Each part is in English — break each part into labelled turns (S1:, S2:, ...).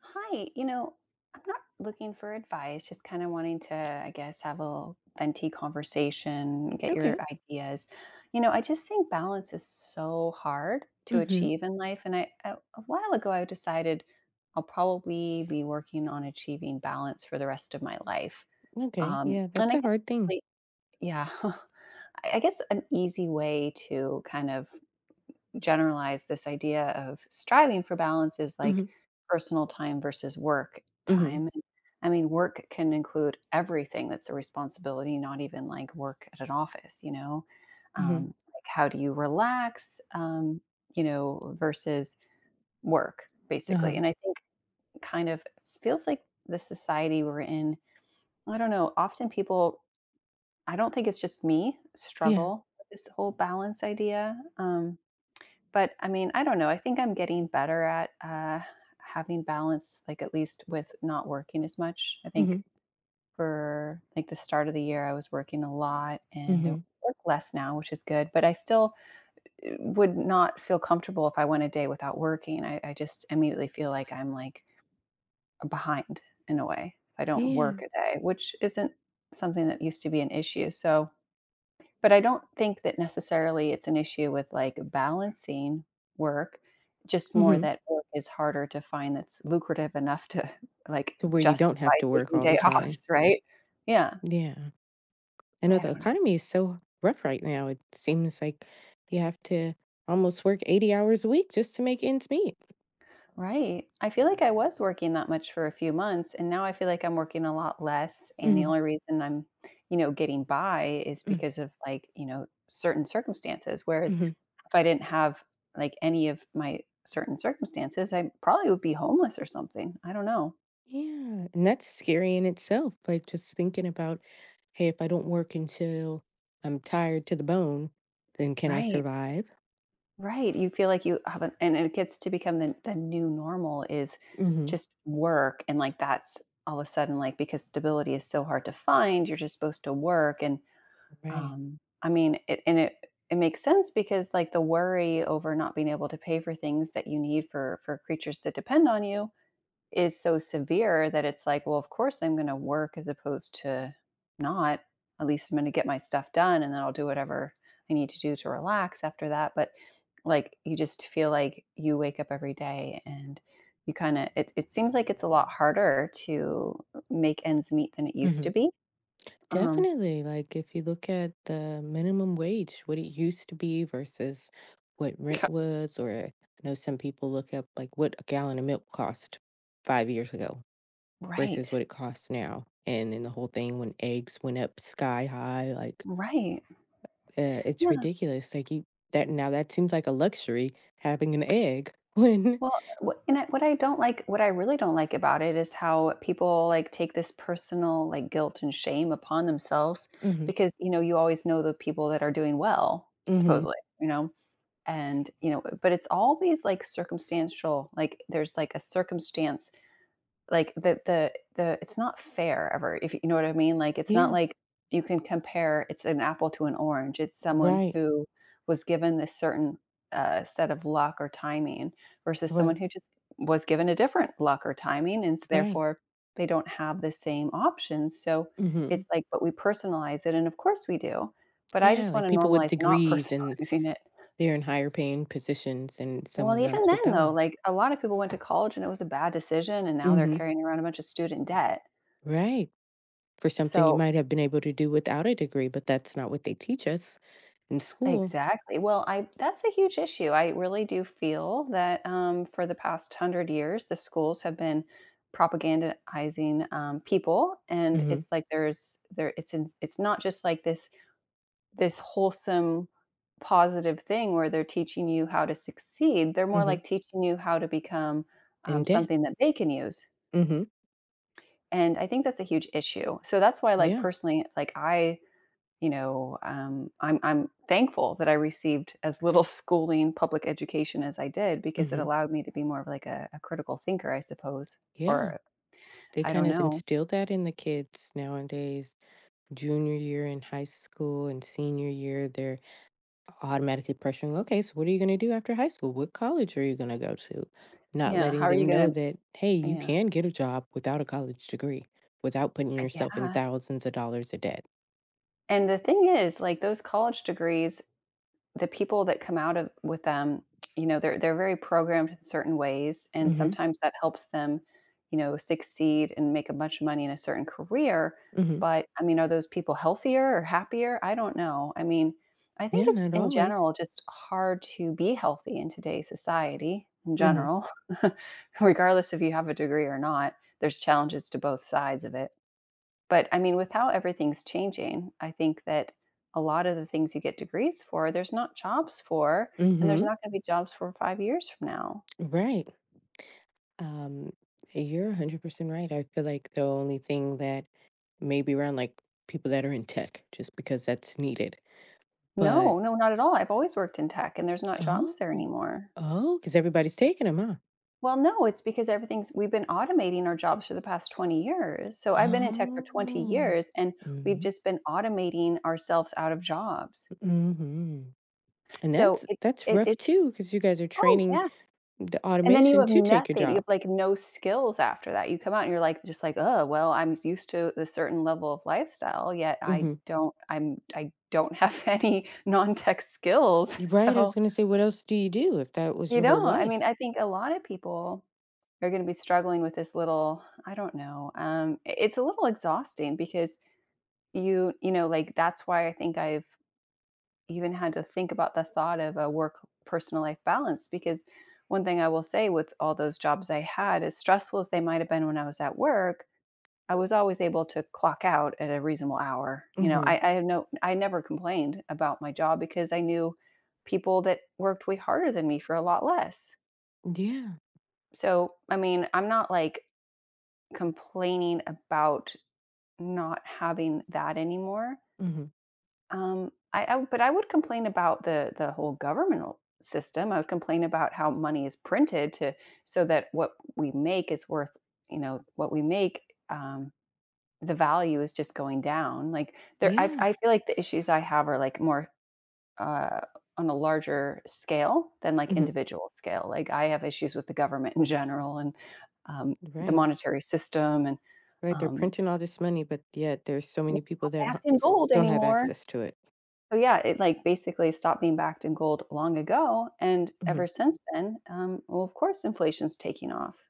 S1: Hi, I'm not looking for advice, just kind of wanting to, I guess, have a venti conversation, get your
S2: Okay.
S1: ideas. You know, I just think balance is so hard to
S2: Mhm.
S1: achieve in life. And a while ago, I decided I'll probably be working on achieving balance for the rest of my life.
S2: Okay. Yeah,
S1: And
S2: that's
S1: I
S2: a
S1: guess,
S2: hard thing.
S1: like, yeah, I guess an easy way to kind of generalize this idea of striving for balance is like
S2: Mhm.
S1: personal time versus work
S2: Mhm.
S1: time. I mean, work can include everything that's a responsibility, not even like work at an office, you know?
S2: Mhm.
S1: Like how do you relax, versus work, basically.
S2: Uh-huh.
S1: And I think kind of it feels like the society we're in, I don't know, often people, I don't think it's just me,
S2: Yeah.
S1: struggle with this whole balance idea. But, I mean, I don't know, I think I'm getting better at, having balance, like, at least with not working as much. I think
S2: Mhm.
S1: for, like, the start of the year, I was working a lot and I
S2: Mhm.
S1: work less now, which is good, but I still, would not feel comfortable if I went a day without working. I just immediately feel like I'm, like, behind in a way if I don't
S2: Yeah.
S1: work a day, which isn't something that used to be an issue, so but I don't think that necessarily it's an issue with, like, balancing work, just more
S2: Mhm.
S1: that work is harder to find that's lucrative enough to, like,
S2: To where you don't have
S1: justify
S2: to work
S1: taking
S2: all
S1: day
S2: the time.
S1: offs, right? Yeah,
S2: Yeah. I know
S1: I
S2: the
S1: don't.
S2: economy is so rough right now. It seems like you have to almost work 80 hours a week just to make ends meet.
S1: Right. I feel like I was working that much for a few months and now I feel like I'm working a lot less and the
S2: Mhm.
S1: only reason I'm, getting by is
S2: Mm.
S1: because of like, certain circumstances whereas
S2: Mhm.
S1: if I didn't have like any of my certain circumstances, I probably would be homeless or something. I don't know.
S2: Yeah. And that's scary in itself. Like just thinking about, hey, if I don't work until I'm tired to the bone, then can I
S1: Right.
S2: survive?
S1: Right. You feel like you haven't and it gets to become the new normal is
S2: Mhm.
S1: just work and like that's all of a sudden like because stability is so hard to find, you're just supposed to work and
S2: Right.
S1: I mean, and it makes sense because like the worry over not being able to pay for things that you need for creatures that depend on you is so severe that it's like, well, of course I'm going to work as opposed to not. At least I'm going to get my stuff done, and then I'll do whatever I need to do to relax after that. But like, you just feel like you wake up every day and you kind of it, it seems like it's a lot harder to make ends meet than it used
S2: Hmm.
S1: to be. um
S2: Definitely. Like, if you look at the minimum wage, what it used to be versus what rent was, or I know some people look up like what a gallon of milk cost 5 years ago versus
S1: right,
S2: what it costs now. And then the whole thing when eggs went up sky high, like,
S1: right.
S2: it's
S1: Yeah.
S2: ridiculous. Like, you that now that seems like a luxury having an egg when,
S1: Well, what I really don't like about it is how people, like, take this personal, like, guilt and shame upon themselves
S2: hmm,
S1: because, you know, you always know the people that are doing well,
S2: hmm,
S1: supposedly, you know? And, but it's always, like, circumstantial, like, there's, like, a circumstance like the it's not fair ever if you know what I mean? Like, it's not
S2: yeah,
S1: like you can compare it's an apple to an orange. It's someone
S2: right,
S1: who was given this certain, set of luck or timing versus
S2: right,
S1: someone who just was given a different luck or timing, and so
S2: right.
S1: therefore, they don't have the same options. So,
S2: Hmm.
S1: it's like but we personalize it, and of course we do, but I
S2: Yeah,
S1: just
S2: like
S1: wanna
S2: people with
S1: normalize not
S2: degrees and
S1: personalizing it.
S2: they're in higher paying positions than
S1: Well,
S2: someone
S1: even
S2: else with
S1: then
S2: that
S1: though,
S2: one.
S1: like, a lot of people went to college and it was a bad decision, and now they're
S2: Mhm.
S1: carrying around a bunch of student debt.
S2: Right. For something you
S1: So
S2: might have been able to do without a degree, but that's not what they teach us in school.
S1: exactly. Well, I that's a huge issue. I really do feel that for the past 100 years, the schools have been propagandizing people, and
S2: Mhm,
S1: it's like there. It's not just like this wholesome positive thing where they're teaching you how to succeed. They're more
S2: mhm.
S1: like teaching you how to become
S2: In debt.
S1: something that they can use.
S2: Mhm.
S1: And I think that's a huge issue. So that's why, like
S2: Yeah.
S1: personally, I'm thankful that I received as little schooling, public education as I did because it
S2: Mhm.
S1: allowed me to be more of like a critical thinker, I suppose,
S2: Yeah.
S1: or
S2: They
S1: I
S2: kind
S1: don't
S2: of
S1: know.
S2: instill that in the kids nowadays. Junior year in high school and senior year, they're automatically pressuring, okay, so what are you going to do after high school? What college are you going to go to? Not
S1: Yeah,
S2: letting
S1: how are
S2: them
S1: you
S2: know
S1: gonna?
S2: that, hey, you
S1: Yeah,
S2: can get a job without a college degree, without putting yourself in
S1: yeah.
S2: thousands of dollars of debt.
S1: And the thing is, like those college degrees, the people that come out of with them, they're very programmed in certain ways, and
S2: Mm-hmm.
S1: sometimes that helps them, succeed and make a bunch of money in a certain career.
S2: Mm-hmm.
S1: But I mean, are those people healthier or happier? I don't know. I mean, I think
S2: Yeah,
S1: it's
S2: not
S1: in
S2: always.
S1: general just hard to be healthy in today's society in
S2: Mm-hmm.
S1: general, regardless if you have a degree or not. There's challenges to both sides of it. But I mean, with how everything's changing, I think that a lot of the things you get degrees for, there's not jobs for, and there's
S2: Mm-hmm.
S1: not gonna be jobs for 5 years from now.
S2: Right. Um, you're 100% right. I feel like the only thing that maybe around like people that are in tech, just because that's needed. But,
S1: No, no, not at all. I've always worked in tech, and there's not jobs there
S2: oh,
S1: anymore.
S2: oh, because everybody's taking them, huh?
S1: Well, no, it's because everything's we've been automating our jobs for the past 20 years. So I've been in tech for 20
S2: Oh.
S1: years, and we've
S2: Mhm,
S1: just been automating ourselves out of jobs.
S2: mhm, and
S1: So
S2: that's
S1: it's it
S2: rough
S1: it's
S2: too, because you guys are
S1: Oh,
S2: training
S1: yeah.
S2: the
S1: And then you
S2: automation
S1: have
S2: to take your
S1: nothing. You
S2: job.
S1: have, like, no skills after that. You come out and you're, like, just like, oh well, I'm used to a certain level of lifestyle, yet I
S2: Hmm.
S1: don't I'm I don't have any non-tech skills."
S2: Right, I was
S1: So,
S2: gonna say, what else do you do if that was
S1: you
S2: your whole
S1: know. I mean,
S2: life?
S1: I think a lot of people are gonna be struggling with this little I don't know, it's a little exhausting because like, that's why I think I've even had to think about the thought of a work personal life balance because one thing I will say with all those jobs I had, as stressful as they might have been when I was at work, I was always able to clock out at a reasonable hour. You know,
S2: Mhm.
S1: I had no I never complained about my job because I knew people that worked way harder than me for a lot less.
S2: Yeah.
S1: So, I mean, I'm not like complaining about not having that anymore.
S2: Mhm.
S1: I but I would complain about the whole governmental system. I would complain about how money is printed to so that what we make is worth, what we make, um, the value is just going down. Like there
S2: Yeah.
S1: I feel like the issues I have are like more, uh, on a larger scale than like
S2: Mhm.
S1: individual scale. Like I have issues with the government in general and, the
S2: Right.
S1: monetary system and,
S2: Right, they're
S1: um,
S2: printing all this money, but yet there's so many people
S1: not
S2: that
S1: backed in gold
S2: don't have
S1: anymore.
S2: access to it.
S1: So, yeah, it, like, basically stopped being backed in gold long ago, and
S2: Mhm.
S1: ever since then, well, of course, inflation's taking off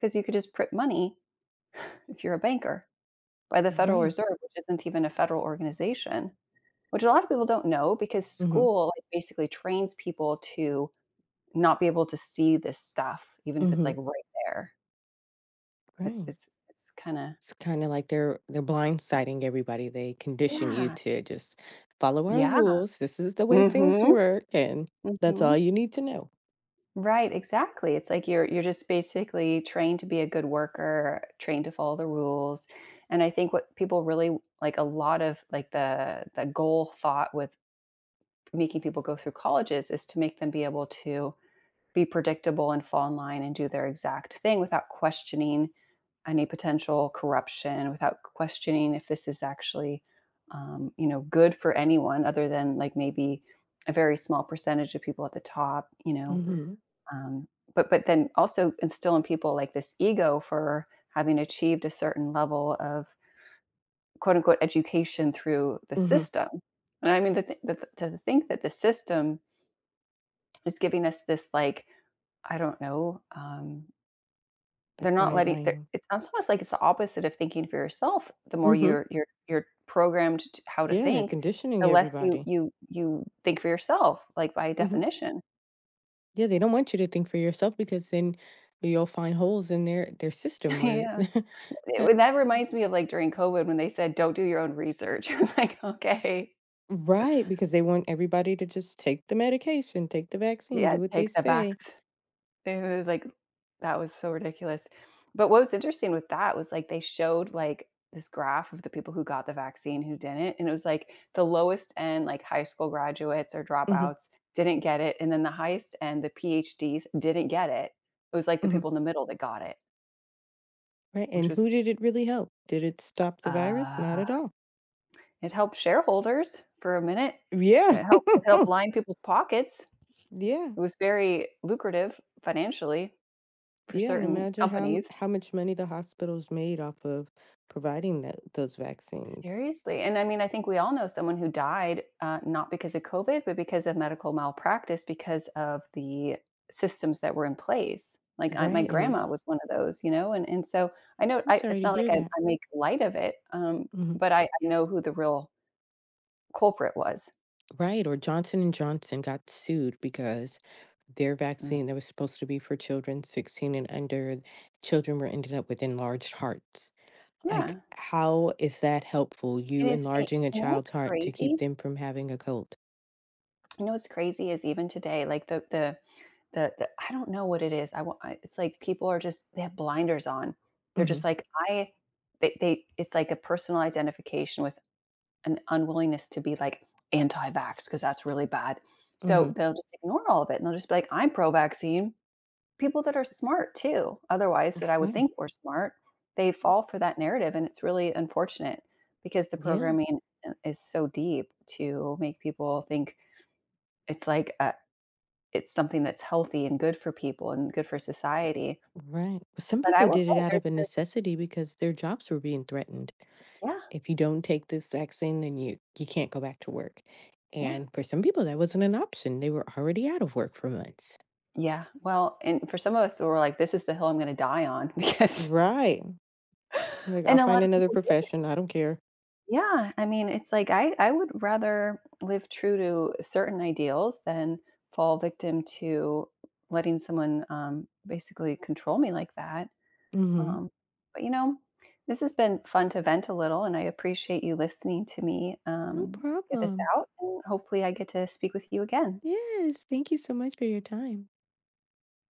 S1: because you could just print money if you're a banker by the Federal
S2: Right.
S1: Reserve, which isn't even a federal organization, which a lot of people don't know because
S2: Mhm.
S1: school, like, basically trains people to not be able to see this stuff even if it's,
S2: Mhm.
S1: like, right there. It's
S2: Right.
S1: it's it's kinda.
S2: It's kinda like they're blindsiding everybody, they condition you
S1: Yeah,
S2: to just follow our
S1: yeah.
S2: rules, this is the way things
S1: Mhm,
S2: work, and that's all
S1: mhm.
S2: you need to know.
S1: Right, exactly. It's like you're just basically trained to be a good worker, trained to follow the rules. And I think what people really like a lot of like the goal thought with making people go through colleges is to make them be able to be predictable and fall in line and do their exact thing without questioning any potential corruption, without questioning if this is actually good for anyone other than like maybe a very small percentage of people at the top,
S2: Mhm,
S1: um, but then also instill in people like this ego for having achieved a certain level of quote unquote education through the
S2: mhm,
S1: system. And I mean, to think that the system is giving us this like I don't know. Um,
S2: the
S1: they're not letting. They're,
S2: guideline,
S1: it sounds almost like it's the opposite of thinking for yourself. The more
S2: mhm,
S1: you're programmed to how to
S2: yeah, they're
S1: think,
S2: conditioning
S1: the less you
S2: everybody.
S1: you you think for yourself. Like by
S2: Mhm,
S1: definition.
S2: yeah, they don't want you to think for yourself because then you'll find holes in their system where
S1: yeah.
S2: uh,
S1: It that reminds me of, like, during COVID when they said, "Don't do your own research." I was like, "Okay.
S2: right, because they want everybody to just take the medication, take the vaccine,
S1: Yeah,
S2: do what they
S1: take the
S2: say.
S1: facts." It was like that was so ridiculous. But what was interesting with that was, like, they showed, like, this graph of the people who got the vaccine, who didn't, and it was, like, the lowest end, like, high school graduates or
S2: Mhm,
S1: dropouts didn't get it, and then the highest end, the PhDs didn't get it. It was, like, the
S2: mhm.
S1: people in the middle that got it,
S2: Right,
S1: which
S2: and
S1: was,
S2: who did it really help? Did it stop the virus? Not at
S1: uh
S2: all.
S1: It helped shareholders for a minute.
S2: Yeah.
S1: It helped line people's pockets.
S2: Yeah,
S1: It was very lucrative financially for
S2: yeah, and
S1: certain
S2: imagine how m
S1: companies.
S2: how much money the hospitals made off of providing that those vaccines,
S1: Seriously, and I mean, I think we all know someone who died, not because of COVID, but because of medical malpractice because of the systems that were in place. Like, I my
S2: right? And
S1: grandma was one of those, and so I know,
S2: I'm
S1: I
S2: sorry
S1: it's
S2: to
S1: not like
S2: hear
S1: I
S2: that.
S1: I make light of it,
S2: Mhm.
S1: but I know who the real culprit was.
S2: Right, or Johnson and Johnson got sued because their
S1: Mm.
S2: vaccine that was supposed to be for children 16 and under, children were ended up with enlarged hearts. Like,
S1: Yeah.
S2: how is that helpful?
S1: It
S2: You
S1: is a You
S2: enlarging a
S1: know what's
S2: child's heart to
S1: crazy?
S2: keep them from having a cold.
S1: You know what's crazy is even today, like, the I don't know what it is, I wa it's like people are just they have blinders on. They're
S2: Mhm.
S1: just like, I they it's like a personal identification with an unwillingness to be, like, anti-vax vax because that's really bad.
S2: Mhm.
S1: So, they'll just ignore all of it, and they'll just be like, "I'm pro-vaccine." People that are smart too, otherwise, that I would
S2: Right.
S1: think were smart, they fall for that narrative, and it's really unfortunate because the
S2: Yeah.
S1: programming is so deep to make people think it's like, it's something that's healthy and good for people and good for society.
S2: Right. Some
S1: But I
S2: people
S1: will
S2: did it
S1: say
S2: out of
S1: there's
S2: a
S1: there's
S2: necessity because their jobs were being threatened.
S1: Yeah,
S2: If you don't take this vaccine, then you can't go back to work.
S1: yeah,
S2: And for some people, that wasn't an option. They were already out of work for months.
S1: yeah. Well, and for some of us who are like, "This is the hill I'm gonna die on," because
S2: Right. Like, I'll
S1: and a
S2: find
S1: lot of
S2: another
S1: people
S2: profession. I don't care.
S1: Yeah, I mean, it's like I would rather live true to certain ideals than fall victim to letting someone, basically control me like that,
S2: Hmm.
S1: um, but, this has been fun to vent a little, and I appreciate you listening to me,
S2: No
S1: get this
S2: problem.
S1: out, and hopefully I get to speak with you again.
S2: Yes. Thank you so much for your time.